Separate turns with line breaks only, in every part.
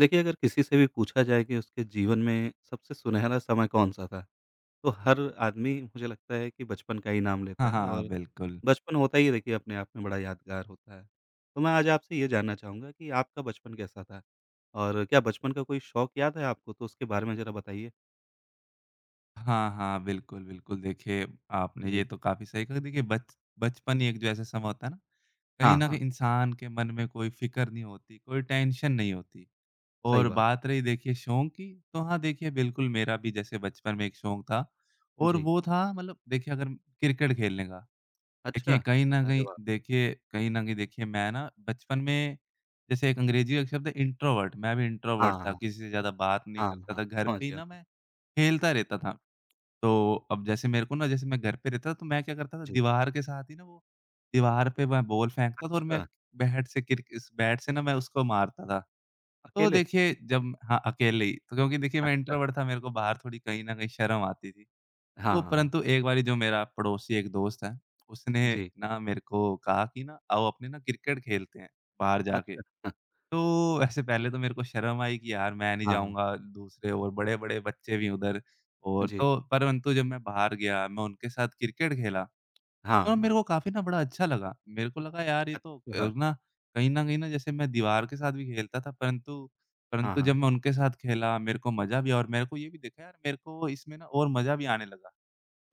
देखिए, अगर किसी से भी पूछा जाए कि उसके जीवन में सबसे सुनहरा समय कौन-सा था, तो हर आदमी मुझे लगता है कि बचपन का ही नाम
हाँ,
लेता है
हाँ,
और
बिल्कुल।
बचपन होता ही देखिए अपने आप में बड़ा यादगार होता है। तो मैं आज आपसे ये जानना चाहूँगा कि आपका बचपन कैसा था? और क्या बचपन का कोई शौक याद है आपको? तो उसके बारे में ज़रा बताइए।
हाँ, हाँ, बिल्कुल, बिल्कुल। देखिए, आपने ये
जी।
तो काफ़ी सही कहा। देखिए, बच बचपन ही एक जो ऐसा समय होता है ना, कहीं
हाँ,
न कहीं
हाँ,
इंसान के मन में कोई फ़िक्र नहीं होती, कोई टेंशन नहीं होती।
सही
और
बात।
बात रही देखिए शौक की, तो हाँ, देखिए बिल्कुल मेरा भी जैसे बचपन में एक शौक था, और
जी।
वो था मतलब देखिए अगर क्रिकेट खेलने का। देखिए,
अच्छा!
कहीं न
अरे
कहीं
वाह!
देखिए कहीं न कहीं देखिए मैं ना बचपन में जैसे एक अंग्रेजी का एक शब्द है इंट्रोवर्ट, मैं भी इंट्रोवर्ट
हाँ,
था,
हाँ।
किसी से ज़्यादा बात नहीं
हाँ,
करता
हाँ,
था, घर
समझ
पे ही
गया
ना
मैं।
मैं खेलता रहता था। तो अब जैसे मेरे को ना, जैसे मैं घर पे रहता था तो मैं क्या करता था,
जी।
दीवार के साथ ही ना, वो दीवार पे मैं बॉल फेंकता था और मैं
अच्छा!
बैट से क्रिक इस बैट से ना मैं उसको मारता था। तो
अकेले?
देखिए जब हाँ, अकेले ही तो, क्योंकि देखिए मैं
अच्छा।
इंट्रोवर्ट था, मेरे को बाहर थोड़ी कहीं न कहीं शर्म आती थी। तो
हाँ, हाँ।
परंतु एक बारी जो मेरा पड़ोसी एक दोस्त है, उसने
जी।
ना मेरे को कहा कि ना आओ अपने ना क्रिकेट खेलते हैं, बाहर जाके।
अच्छा।
तो वैसे पहले तो मेरे को शर्म आई कि यार मैं नहीं
हाँ, हाँ।
जाऊँगा, दूसरे और बड़े-बड़े बच्चे भी उधर, और
जी।
तो परंतु जब मैं बाहर गया, मैं उनके साथ क्रिकेट खेला,
हाँ,
तो मेरे
हाँ।
को काफ़ी ना बड़ा अच्छा लगा। मेरे को लगा यार ये तो
अच्छा, हाँ,
ना, कहीं न कहीं ना जैसे मैं दीवार के साथ भी खेलता था, परंतु
हाँ,
परंतु जब
हाँ,
मैं उनके साथ खेला, मेरे को मज़ा भी आया, और मेरे को ये भी देखा यार मेरे को इसमें ना और मज़ा भी आने लगा।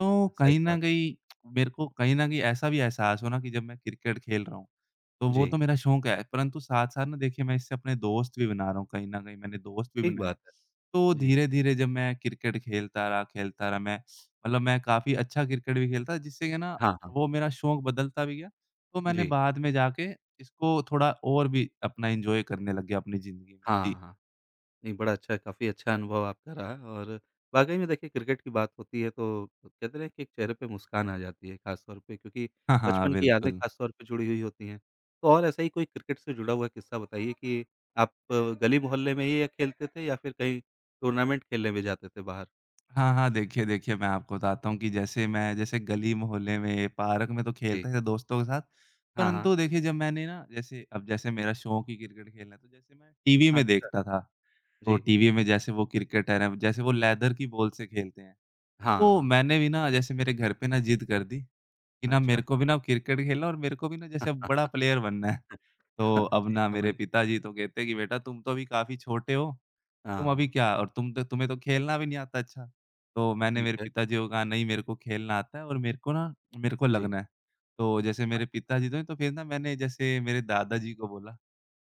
तो कहीं
सही बात।
न कहीं मेरे को कहीं न कहीं ऐसा भी एहसास हो ना कि जब मैं क्रिकेट खेल रहा हूँ, तो वो तो
जी,
मेरा शौक है, परंतु साथ-साथ ना देखिए मैं इससे अपने दोस्त भी बना रहा हूँ, कहीं न कहीं मैंने दोस्त भी
ठीक
बनाए हैं।
बात है।
तो
जी,
धीरे-धीरे जब मैं क्रिकेट खेलता रहा, खेलता रहा, मैं मतलब मैं काफ़ी अच्छा क्रिकेट भी खेलता था, जिससे कि ना
हाँ, हाँ।
वो मेरा शौक बदलता भी गया। तो मैंने
जी,
बाद में जाके इसको थोड़ा और भी अपना एन्जॉय करने लग गया अपनी ज़िंदगी में।
हाँ,
जी।
हाँ, हाँ। नहीं, बड़ा अच्छा काफ़ी अच्छा अनुभव आपका रहा और वाक़ई में देखिए क्रिकेट की बात होती है तो कहते हैं ना कि एक चेहरे पे मुस्कान आ जाती है ख़ास तौर पे क्योंकि
हाँ, हाँ,
बचपन की यादें
बिल्कुल।
ख़ास तौर पे जुड़ी हुई होती हैं। तो और ऐसा ही कोई क्रिकेट से जुड़ा हुआ किस्सा बताइए कि आप गली मोहल्ले में ही खेलते थे या फिर कहीं टूर्नामेंट खेलने भी जाते थे बाहर?
हाँ, हाँ। देखिए, मैं आपको बताता हूँ कि जैसे मैं जैसे गली मोहल्ले में, पार्क में तो
जी,
खेलता था दोस्तों के साथ।
हाँ, हाँ।
परंतु देखिए जब मैंने ना, जैसे अब जैसे मेरा शौक ही क्रिकेट खेलना है, तो जैसे मैं टीवी में
अच्छा,
देखता था। तो
जी।
टीवी में जैसे वो क्रिकेटर हैं, जैसे वो लेदर की बॉल से खेलते हैं।
हाँ,
तो
हाँ।
मैंने भी ना, जैसे मेरे घर पे ना ज़िद कर दी कि ना मेरे
अच्छा।
को भी ना अब क्रिकेट खेलना है, और मेरे को भी ना जैसे अब बड़ा प्लेयर बनना है। तो अब
जी,
ना,
समझ
मेरे
गया।
पिताजी तो कहते हैं कि बेटा तुम तो अभी काफ़ी छोटे हो, तुम अभी
हाँ,
क्या, और तुम तो तुम्हें तो खेलना भी नहीं आता अच्छा। तो मैंने
ठीक
मेरे
है।
पिताजी को कहा नहीं, मेरे को खेलना आता है, और मेरे को
जी।
लगना है। तो जैसे
हाँ,
मेरे पिताजी तो हैं, तो फिर ना मैंने जैसे मेरे दादाजी को बोला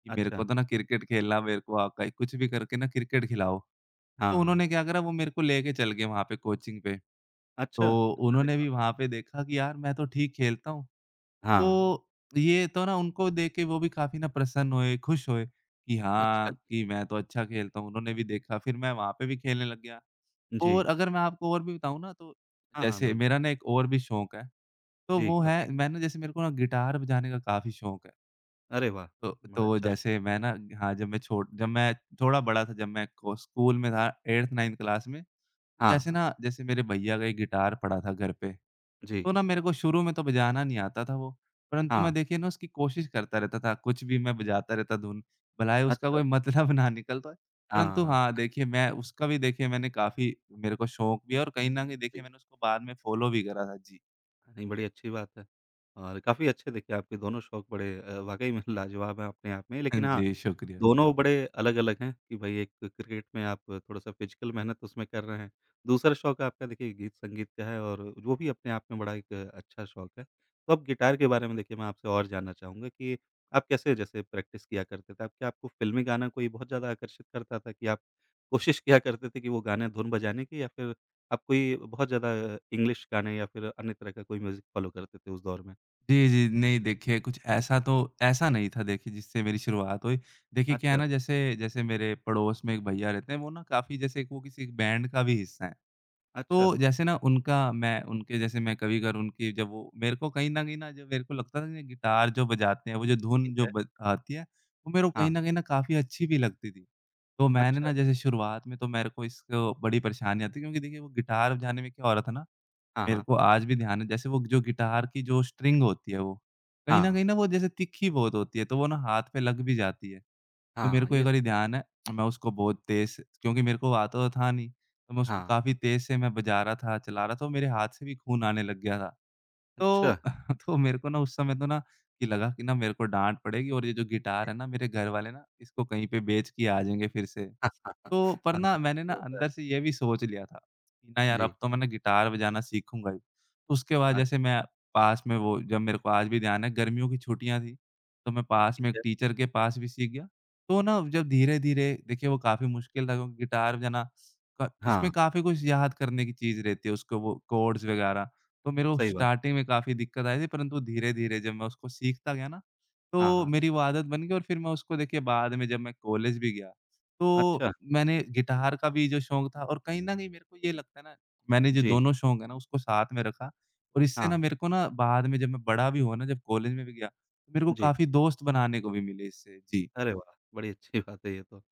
कि मेरे को
अच्छा।
तो ना क्रिकेट खेलना मेरे को आता है, कुछ भी करके ना क्रिकेट खिलाओ। तो
हाँ,
उन्होंने क्या करा, वो मेरे को लेके चल गए वहाँ पे कोचिंग पे।
अच्छा!
तो
अरे
उन्होंने
वाह!
भी वहाँ पे देखा कि यार मैं तो ठीक खेलता हूँ।
हाँ, हाँ,
तो ये तो ना उनको देख के वो भी काफ़ी ना प्रसन्न हुए, खुश हुए कि
अच्छा।
हाँ, कि मैं तो अच्छा खेलता हूँ। उन्होंने भी देखा, फिर मैं वहाँ पे भी खेलने लग गया।
जी।
और अगर मैं आपको और भी बताऊँ ना, तो
हाँ, हाँ,
जैसे
बिल्कुल।
मेरा ना एक और भी शौक है, तो
जी,
वो है,
बताइए।
मैंने जैसे मेरे को ना गिटार बजाने का काफ़ी शौक है।
अरे वाह!
तो
बड़ा
तो
अच्छा शौक
जैसे मैं ना, हाँ, जब मैं थोड़ा बड़ा था, जब मैं को स्कूल में था 8th 9th क्लास में, तो
हाँ,
जैसे
हाँ।
ना, जैसे मेरे भैया का एक गिटार पड़ा था घर पे।
जी।
तो ना, मेरे को शुरू में तो बजाना नहीं आता था वो, परंतु
हाँ,
मैं देखिए ना उसकी कोशिश करता रहता था, कुछ भी मैं बजाता रहता धुन, भलाए उसका
अच्छा।
कोई मतलब ना निकल पाए।
हाँ, हाँ,
परंतु हाँ,
हाँ।
देखिए मैं उसका भी देखिए, मैंने काफ़ी मेरे को शौक भी है, और कहीं न कहीं
जी।
देखिए मैंने उसको बाद में फ़ॉलो भी करा था। जी।
नहीं, बड़ी अच्छी बात है और काफ़ी अच्छे देखिए आपके दोनों शौक बड़े वाक़ई में लाजवाब हैं अपने आप में।
हाँ
लेकिन हाँ,
जी, शुक्रिया।
दोनों बड़े अलग-अलग हैं कि भई एक क्रिकेट में आप थोड़ा-सा फ़िज़िकल मेहनत उसमें कर रहे हैं। दूसरा शौक आपका देखिए गीत-संगीत का है और वो भी अपने आप में बड़ा एक अच्छा शौक है। तो अब गिटार के बारे में देखिए मैं आपसे और जानना चाहूँगा कि आप कैसे जैसे प्रैक्टिस किया करते थे? आप क्या आपको फ़िल्मी गाना कोई बहुत ज़्यादा आकर्षित करता था कि आप कोशिश किया करते थे कि वो गाने धुन बजाने की या फिर आप कोई बहुत ज़्यादा इंग्लिश गाने या फिर अन्य तरह का कोई म्यूज़िक फ़ॉलो करते थे उस दौर में?
जी, जी, नहीं देखिए कुछ ऐसा तो, ऐसा नहीं था देखिए जिससे मेरी शुरुआत हुई। देखिए क्या है
अच्छा,
ना, जैसे जैसे मेरे पड़ोस में एक भैया रहते हैं, वो ना काफ़ी जैसे वो किसी बैंड का भी हिस्सा है।
अच्छा,
तो जैसे ना उनका मैं उनके जैसे मैं कभी अगर उनकी जब वो मेरे को कहीं न कहीं ना, जब मेरे को लगता था ना गिटार जो बजाते हैं, वो जो धुन
ठीक
जो
है।
ब आती है, वो मेरे को
हाँ,
कहीं न काफ़ी अच्छी भी लगती थी। तो मैंने
अच्छा।
ना जैसे शुरुआत में तो मेरे को इसको बड़ी परेशानी आती, क्योंकि देखिए वो गिटार बजाने में क्या हो रहा था ना,
हाँ,
मेरे
हाँ।
को आज भी ध्यान है, जैसे वो जो गिटार की जो स्ट्रिंग होती है वो, कहीं
हाँ।
न वो जैसे तिखी बहुत होती है, तो वो ना हाथ पे लग भी जाती है। तो मेरे
हाँ,
को एक
ये
बारी
सही बात
ध्यान है, मैं उसको बहुत तेज़, क्योंकि मेरे को आता तो था नहीं, तो मैं उसको
हाँ,
काफ़ी तेज़ से मैं बजा रहा था, चला रहा था, और मेरे हाथ से भी खून आने लग गया था।
अच्छा।
तो तो मेरे को ना उस समय तो ना कि लगा कि ना मेरे को डाँट पड़ेगी, और ये जो गिटार है ना, मेरे घर वाले ना इसको कहीं पे बेच के आ जाएँगे फिर से।
हाँ, हाँ,
तो पर
हाँ,
ना
हाँ,
मैंने ना
ये होता है।
अंदर से ये भी सोच लिया था कि ना यार अब
जी,
तो मैं ना गिटार बजाना सीखूँगा ही। तो उसके बाद
अच्छा
जैसे मैं पास में वो, जब मेरे को आज भी ध्यान है गर्मियों की छुट्टियाँ थी, तो मैं पास
ठीक
में एक
है।
टीचर के पास भी सीख गया। तो ना जब धीरे-धीरे देखिए वो काफ़ी मुश्किल था, क्योंकि गिटार बजाना क उसमें
हाँ,
काफ़ी कुछ याद करने की चीज़ रहती है, उसको वो कोड्स वगैरह। तो मेरे को
सही बात।
स्टार्टिंग में काफ़ी दिक्कत आई थी, परंतु धीरे-धीरे जब मैं उसको सीखता गया ना,
हाँ,
तो
हाँ।
मेरी वो आदत बन गई, और फिर मैं उसको देखिए बाद में जब मैं कॉलेज भी गया, तो
अच्छा,
मैंने गिटार का भी जो शौक था और कहीं न कहीं मेरे को ये लगता है ना, मैंने जो
जी,
दोनों शौक है ना उसको साथ में रखा, और इससे ना
हाँ,
मेरे को ना बाद में जब मैं बड़ा भी हुआ ना, जब कॉलेज में भी गया, तो मेरे को
जी।
काफ़ी दोस्त बनाने को भी मिले इससे। जी।
अरे वाह! बड़ी अच्छी बात है ये तो।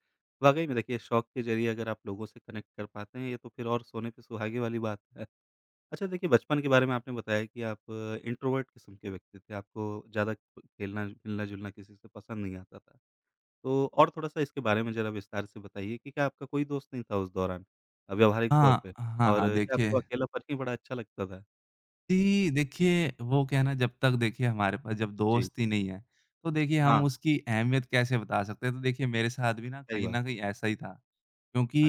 वाक़ई में देखिए शौक के ज़रिए अगर आप लोगों से कनेक्ट कर पाते हैं, ये तो फिर और सोने पे सुहागे वाली बात है। अच्छा देखिए बचपन के बारे में आपने बताया कि आप इंट्रोवर्ट किस्म के व्यक्ति थे, आपको ज़्यादा खेलना मिलना-जुलना किसी से पसंद नहीं आता था। तो और थोड़ा-सा इसके बारे में ज़रा विस्तार से बताइए कि क्या आपका कोई दोस्त नहीं था उस दौरान व्यावहारिक तौर
हाँ,
पे?
हाँ,
और
हाँ,
क्या
देखिए,
आपको अकेलापन ही बड़ा अच्छा लगता था?
जी, देखिए वो क्या है ना, जब तक देखिए हमारे पास जब
जी।
दोस्त ही नहीं है, तो देखिए
हाँ,
हम उसकी अहमियत कैसे बता सकते हैं? तो देखिए मेरे साथ भी ना
सही
कहीं
बात
न कहीं
है।
ऐसा ही था।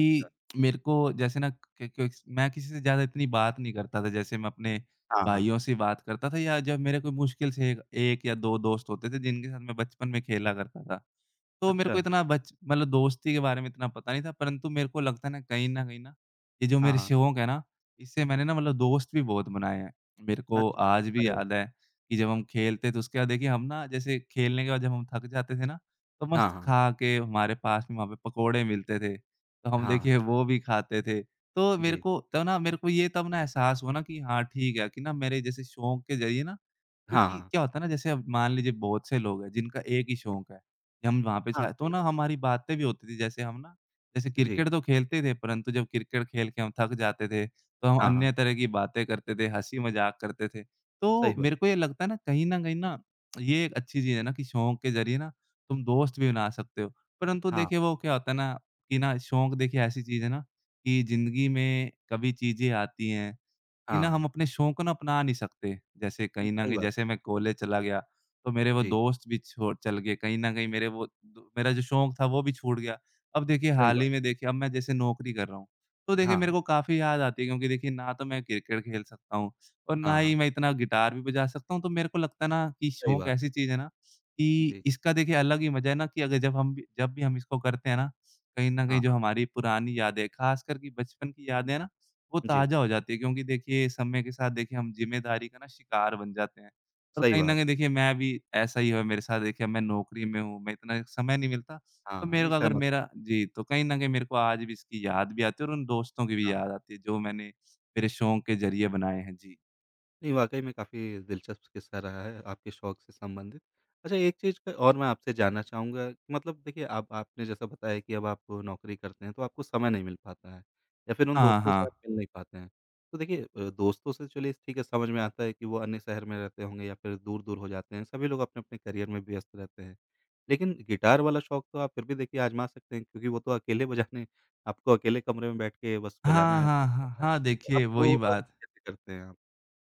अच्छा।
मेरे को जैसे ना, क क मैं किसी से ज़्यादा इतनी बात नहीं करता था, जैसे मैं अपने
हाँ, हाँ।
भाइयों से बात करता था, या जब मेरे कोई मुश्किल से 1 या 2 दोस्त होते थे, जिनके साथ मैं बचपन में खेला करता था। तो मेरे
अच्छा।
को इतना बच मतलब दोस्ती के बारे में इतना पता नहीं था, परंतु मेरे को लगता है ना कहीं न कहीं ना, ये जो
हाँ,
मेरे
हाँ।
शौक है ना, इससे मैंने ना मतलब दोस्त भी बहुत बनाए हैं। मेरे को
अच्छा।
आज भी
अरे वाह!
याद है कि जब हम खेलते तो उसके बाद देखिए हम ना, जैसे खेलने के बाद जब हम थक जाते थे ना, तो
हाँ,
मस्त
हाँ।
खा के हमारे पास में वहाँ पे पकोड़े मिलते थे, तो हम
हाँ।
देखिए वो भी खाते थे। तो मेरे
जी।
को तब ना, मेरे को ये तब ना एहसास हुआ ना कि हाँ, ठीक है कि ना मेरे जैसे शौक के ज़रिए ना,
हाँ,
क्योंकि
हाँ।
क्या होता है ना, जैसे अब मान लीजिए बहुत से लोग हैं जिनका एक ही
जी।
शौक है कि हम वहाँ पे
हाँ,
जाए, तो
सही
ना
बात।
हमारी बातें भी होती थी, जैसे हम ना, जैसे
जी।
क्रिकेट तो खेलते थे, परंतु जब क्रिकेट खेल के हम थक जाते थे, तो हम
हाँ, हाँ।
अन्य तरह की बातें करते थे, हँसी मज़ाक करते थे। तो
सही बात।
मेरे को ये लगता है ना, कहीं न कहीं ना ये एक अच्छी चीज़ है ना, कि शौक के ज़रिए ना तुम दोस्त भी बना सकते हो। परंतु
हाँ,
देखिए वो क्या होता है ना, कि ना शौक देखिए ऐसी चीज़ है ना, कि ज़िंदगी में कभी चीज़ें आती हैं कि ना हम
हाँ।
अपने शौक को ना अपना नहीं सकते। जैसे कहीं न
सही
कहीं
बात।
जैसे मैं कॉलेज चला गया, तो मेरे वो
जी,
दोस्त भी छोड़ चल गए, कहीं न कहीं मेरे वो दो मेरा जो शौक था वो भी छूट गया। अब देखिए
सही
हाल ही
बात।
में देखिए अब मैं जैसे नौकरी कर रहा हूँ, तो देखिए मेरे
हाँ,
को काफ़ी याद आती है क्योंकि देखिए ना तो मैं क्रिकेट खेल सकता हूँ और ना
हाँ,
ही
हाँ।
मैं इतना गिटार भी बजा सकता हूँ। तो मेरे को लगता है ना कि
सही
शौक
बात
ऐसी
है।
चीज़ है ना कि
जी।
इसका देखिए अलग ही मज़ा है ना कि अगर जब हम भी जब भी हम इसको करते हैं ना, कहीं न
हाँ,
कहीं जो
हाँ।
हमारी पुरानी यादें, ख़ासकर कि बचपन की यादें हैं ना वो
जी,
ताज़ा हो जाती है क्योंकि देखिए समय के साथ देखिए हम ज़िम्मेदारी का ना शिकार बन जाते हैं। और
सही
कहीं न
बात
कहीं
है।
देखिए मैं भी ऐसा ही हुआ मेरे साथ देखिए मैं नौकरी में हूँ, मैं इतना समय नहीं मिलता। तो
हाँ, हाँ।
मेरे
नहीं
को अगर
सहमत।
मेरा जी, तो कहीं न कहीं मेरे को आज भी इसकी याद भी आती है और उन दोस्तों की भी
हाँ।
याद आती है जो मैंने मेरे शौक के ज़रिए बनाए हैं। जी।
नहीं, वाक़ई में काफ़ी दिलचस्प किस्सा रहा है आपके शौक से संबंधित। अच्छा एक चीज़ का और मैं आपसे जानना चाहूँगा, मतलब देखिए आप आपने जैसा बताया कि अब आप नौकरी करते हैं तो आपको समय नहीं मिल पाता है या फिर उन
हाँ,
दोस्तों से
हाँ।
आप मिल नहीं पाते हैं। तो देखिए दोस्तों से चलिए ठीक है समझ में आता है कि वो अन्य शहर में रहते होंगे या फिर दूर-दूर हो जाते हैं, सभी लोग अपने-अपने करियर में व्यस्त रहते हैं। लेकिन गिटार वाला शौक तो आप फिर भी देखिए आज़मा सकते हैं क्योंकि वो तो अकेले बजाने आपको अकेले कमरे में बैठ के बस बजाना
हाँ,
है,
हाँ, हाँ,
बजाना है।
हाँ,
तो आप
देखिए
वो
वही बात।
कैसे करते हैं आप?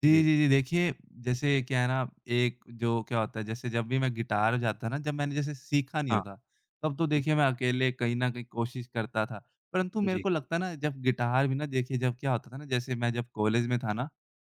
जी,
जी।
जी, जी। देखिए, जैसे क्या है ना, एक जो क्या होता है, जैसे जब भी मैं गिटार बजाता ना, जब मैंने जैसे सीखा नहीं
हाँ,
होता, तब तो
ठीक
देखिए मैं अकेले कहीं न कहीं कोशिश करता था। परंतु
है।
मेरे
जी।
को लगता है ना, जब गिटार भी ना देखिए जब क्या होता था ना, जैसे मैं जब कॉलेज में था ना,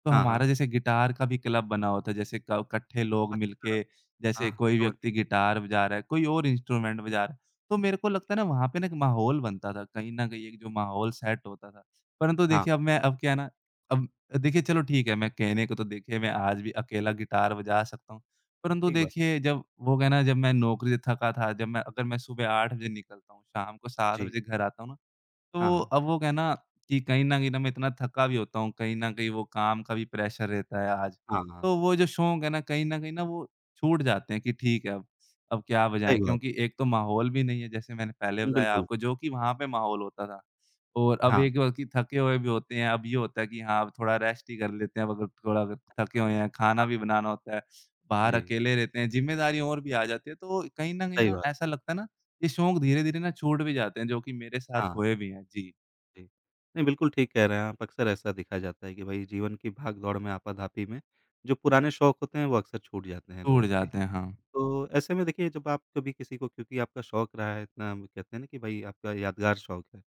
तो
हाँ, हाँ।
हमारा जैसे गिटार का भी क्लब बना होता है। जैसे क इकट्ठे लोग
अच्छा,
मिलके, जैसे
हाँ,
कोई
समझ
व्यक्ति
गया।
गिटार बजा रहा है, कोई और इंस्ट्रूमेंट बजा रहा है। तो मेरे को लगता है ना, वहाँ पे ना एक माहौल बनता था, कहीं न कहीं एक जो माहौल सेट होता था। परंतु
हाँ,
देखिए अब क्या है ना, अब देखिए, चलो ठीक है, मैं कहने को तो देखिए मैं आज भी अकेला गिटार बजा सकता हूँ। परंतु
ठीक बात।
देखिए जब वो क्या है ना जब मैं नौकरी से थका था, जब मैं अगर मैं सुबह 8 बजे निकलता हूँ, शाम को 7
जी।
बजे घर आता हूँ ना,
हाँ,
तो
हाँ।
अब वो क्या है ना कि कहीं न कहीं ना मैं इतना थका भी होता हूँ, कहीं न कहीं वो काम का भी प्रेशर रहता है आज।
हाँ, हाँ।
तो वो जो शौक है ना, कहीं न कहीं ना वो छूट जाते हैं कि ठीक है अब क्या
सही
बजाएँ?
बात
क्योंकि एक तो माहौल भी नहीं है जैसे मैंने पहले
है।
बताया
बिल्कुल।
आपको जो कि वहाँ पे माहौल होता था। और अब
हाँ,
एक बार कि थके हुए भी होते हैं, अब ये होता है कि हाँ, अब थोड़ा रेस्ट ही कर लेते हैं, मगर थोड़ा अगर थके हुए हैं, खाना भी
हाँ।
बनाना होता है, बाहर
जी,
अकेले रहते हैं, ज़िम्मेदारी और भी आ जाती है। तो कहीं न कहीं
सही
ना
बात।
ऐसा लगता है ना, ये शौक धीरे-धीरे ना छूट भी जाते हैं, जो कि मेरे साथ
हाँ,
हुए भी हैं। जी,
जी। नहीं, बिल्कुल ठीक कह रहे हैं आप। अक्सर ऐसा देखा जाता है कि भई जीवन की भाग-दौड़ में, आपाधापी में, जो पुराने शौक होते हैं, वो अक्सर छूट जाते हैं
छूट
लोगों के।
जाते हैं, हाँ।
तो ऐसे में देखिए, जब आप कभी किसी को क्योंकि आपका शौक रहा है इतना कहते हैं ना कि भई आपका यादगार शौक है,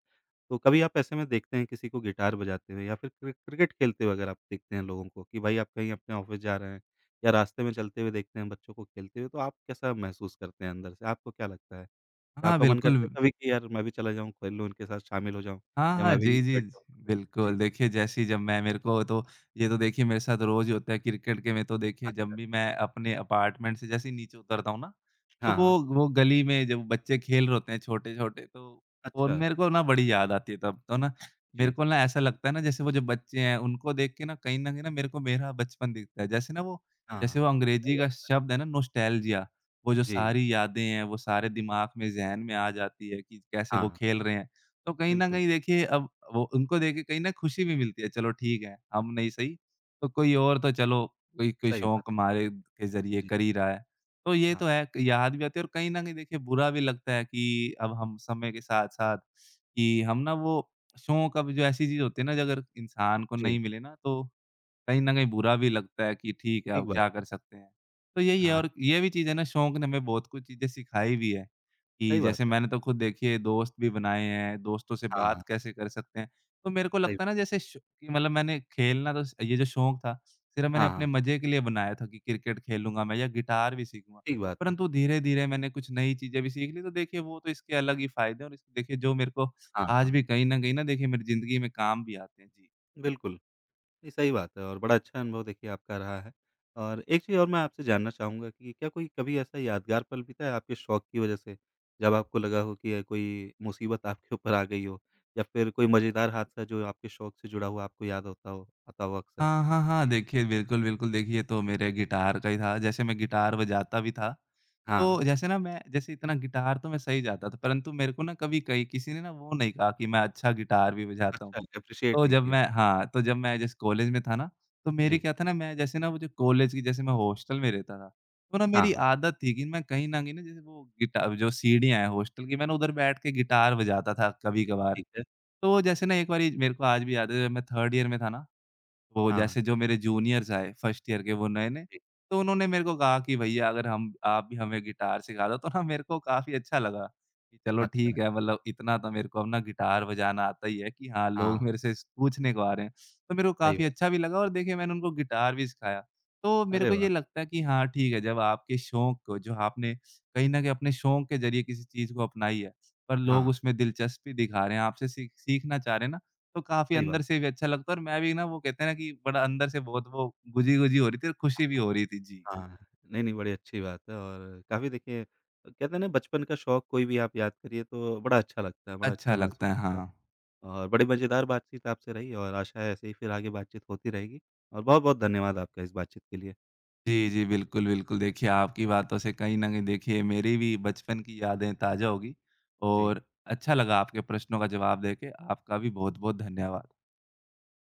तो कभी आप ऐसे में देखते हैं किसी को गिटार बजाते हुए या फिर क्रिकेट खेलते हुए अगर आप देखते हैं लोगों को कि भाई आप कहीं अपने ऑफ़िस जा रहे हैं या रास्ते में चलते हुए देखते हैं बच्चों को खेलते हुए, तो आप कैसा महसूस करते हैं अंदर से? आपको क्या लगता है? कि
हाँ,
आपका मन
बिल्कुल।
करता है कभी कि यार मैं भी चला जाऊँ, खेल लूँ इनके साथ शामिल हो जाऊँ
हाँ,
या
हाँ।
मैं भी
जी, जी।
बैठ जाऊँ
जी,
खेलने? जी,
बिल्कुल, देखिए जैसे ही जब मैं मेरे को तो ये तो देखिए मेरे साथ रोज़ ही होता है क्रिकेट के में तो देखिए जब
अच्छा।
भी मैं अपने अपार्टमेंट से जैसे ही नीचे उतरता हूँ ना, तो
हाँ, हाँ।
वो गली में जब बच्चे खेल रहे होते हैं छोटे-छोटे तो और
अच्छा,
मेरे को ना बड़ी याद आती है तब। तो ना मेरे
जी।
को ना ऐसा लगता है ना जैसे वो जो बच्चे हैं उनको देख के ना कहीं न कहीं ना मेरे को मेरा बचपन दिखता है। जैसे वो
हाँ, सही
अंग्रेज़ी का
बात
शब्द है ना नॉस्टैल्जिया वो जो
है। जी,
सारी यादें हैं, वो सारे दिमाग में ज़हन में आ जाती है कि कैसे वो
हाँ,
खेल रहे हैं। तो कहीं न
बिल्कुल,
कहीं देखिए अब वो उनको देख के कहीं न खुशी भी मिलती है, चलो ठीक है, हम नहीं सही, तो कोई और तो चलो कोई कोई
सही
शौक
बात
हमारे के
है।
ज़रिए
जी,
कर ही रहा है। तो ये तो
हाँ,
है, याद भी आती है और कहीं न कहीं देखिए बुरा भी लगता है कि अब हम समय के साथ-साथ कि हम ना वो शौक अब जो ऐसी चीज़ होती है ना, जो अगर इंसान को
जी,
नहीं मिले ना तो कहीं न कहीं बुरा भी लगता है कि ठीक है,
ठीक
अब
बात
क्या
है।
कर सकते हैं। तो यही है
हाँ,
और ये भी चीज़ है ना शौक ने हमें बहुत कुछ चीज़ें सिखाई भी है, कि
सही बात
जैसे
है।
मैंने तो खुद देखिए दोस्त भी बनाए हैं, दोस्तों से
हाँ, हाँ,
बात कैसे कर सकते हैं। तो मेरे को
सही
लगता है
बात
ना जैसे श कि मतलब मैंने खेलना तो स ये जो शौक था, सिर्फ़ मैंने
हाँ,
अपने
हाँ,
मज़े के लिए बनाया था कि क्रिकेट खेलूँगा मैं या गिटार भी सीखूँगा।
ठीक बात है।
परंतु धीरे-धीरे मैंने कुछ नई चीज़ें भी सीख ली, तो देखिए वो तो इसके अलग ही फ़ायदे हैं और इस देखिए जो मेरे को
हाँ,
आज
हाँ,
भी कहीं न कहीं ना देखिए मेरी ज़िंदगी में काम भी आते हैं। जी।
बिल्कुल। नहीं, सही बात है और बड़ा अच्छा अनुभव देखिए आपका रहा है। और एक चीज़ और मैं आपसे जानना चाहूँगा कि क्या कोई कभी ऐसा यादगार पल बीता है आपके शौक की वज़ह से? जब आपको लगा हो कि ये कोई मुसीबत आपके ऊपर आ गई हो या फिर कोई मज़ेदार हादसा जो आपके शौक से जुड़ा हुआ आपको याद होता हो आता हो अक्सर?
हाँ, हाँ, हाँ।
जी।
देखिए, बिल्कुल, बिल्कुल। देखिए, तो मेरे गिटार का ही था। जैसे मैं गिटार बजाता भी था,
हाँ,
तो जैसे ना मैं जैसे इतना गिटार तो मैं सही जाता था, परंतु मेरे को ना कभी कहीं किसी ने ना वो नहीं कहा कि मैं अच्छा गिटार भी बजाता हूँ।
अच्छा एप्रिशिएट
तो
नहीं
जब
किया।
मैं हाँ, तो जब मैं जैसे कॉलेज में था ना, तो मेरी
जी।
क्या था ना, मैं जैसे ना वो जो कॉलेज की जैसे मैं हॉस्टल में रहता था, तो ना
हाँ,
मेरी
हाँ,
आदत थी कि मैं कहीं न कहीं ना जैसे वो गिटा जो सीढ़ियाँ हैं हॉस्टल की, मैं ना उधर बैठ के गिटार बजाता था कभी-कभार।
ठीक है।
तो जैसे ना एक बारी मेरे को आज भी याद है, जब मैं थर्ड ईयर में था ना, वो
हाँ,
जैसे जो मेरे जूनियर्स आए फर्स्ट ईयर के वो नए-नए,
जी,
तो उन्होंने मेरे को कहा कि भैया अगर हम आप भी हमें गिटार सिखा दो, तो ना मेरे को काफ़ी अच्छा लगा कि चलो
अच्छा है।
ठीक है मतलब इतना तो मेरे को अब ना गिटार बजाना आता ही है कि हाँ, लोग
हाँ,
मेरे से स पूछने को आ रहे हैं। तो मेरे को
सही
काफ़ी
बात
अच्छा
है।
भी लगा और देखिए मैंने उनको गिटार भी सिखाया। तो मेरे
अरे
को ये
वाह!
लगता है कि हाँ, ठीक है जब आपके शौक को जो आपने कहीं न कहीं अपने शौक के ज़रिए किसी चीज़ को अपनाई है, पर लोग
हाँ,
उसमें दिलचस्पी दिखा रहे हैं, आपसे सीखना चाह रहे हैं ना तो काफ़ी
सही
अंदर
बात।
से भी अच्छा लगता है और मैं भी ना वो कहते हैं ना कि बड़ा अंदर से बहुत वो गुजी-गुजी हो रही थी और खुशी भी हो रही थी। जी,
हाँ, नहीं, नहीं, बड़ी अच्छी बात है और काफ़ी देखिए कहते हैं ना बचपन का शौक कोई भी आप याद करिए तो बड़ा अच्छा लगता है, बड़ा
अच्छा
अच्छा
लगता
महसूस
है,
होता है
हाँ।
और बड़ी मज़ेदार बातचीत आपसे रही और आशा है ऐसे ही फिर आगे बातचीत होती रहेगी और बहुत-बहुत धन्यवाद आपका इस बातचीत के लिए।
जी, जी, बिल्कुल, बिल्कुल। देखिए, आपकी बातों से कहीं न कहीं देखिए मेरी भी बचपन की यादें ताज़ा होगी
जी।
और अच्छा लगा आपके प्रश्नों का जवाब देके। आपका भी बहुत-बहुत धन्यवाद।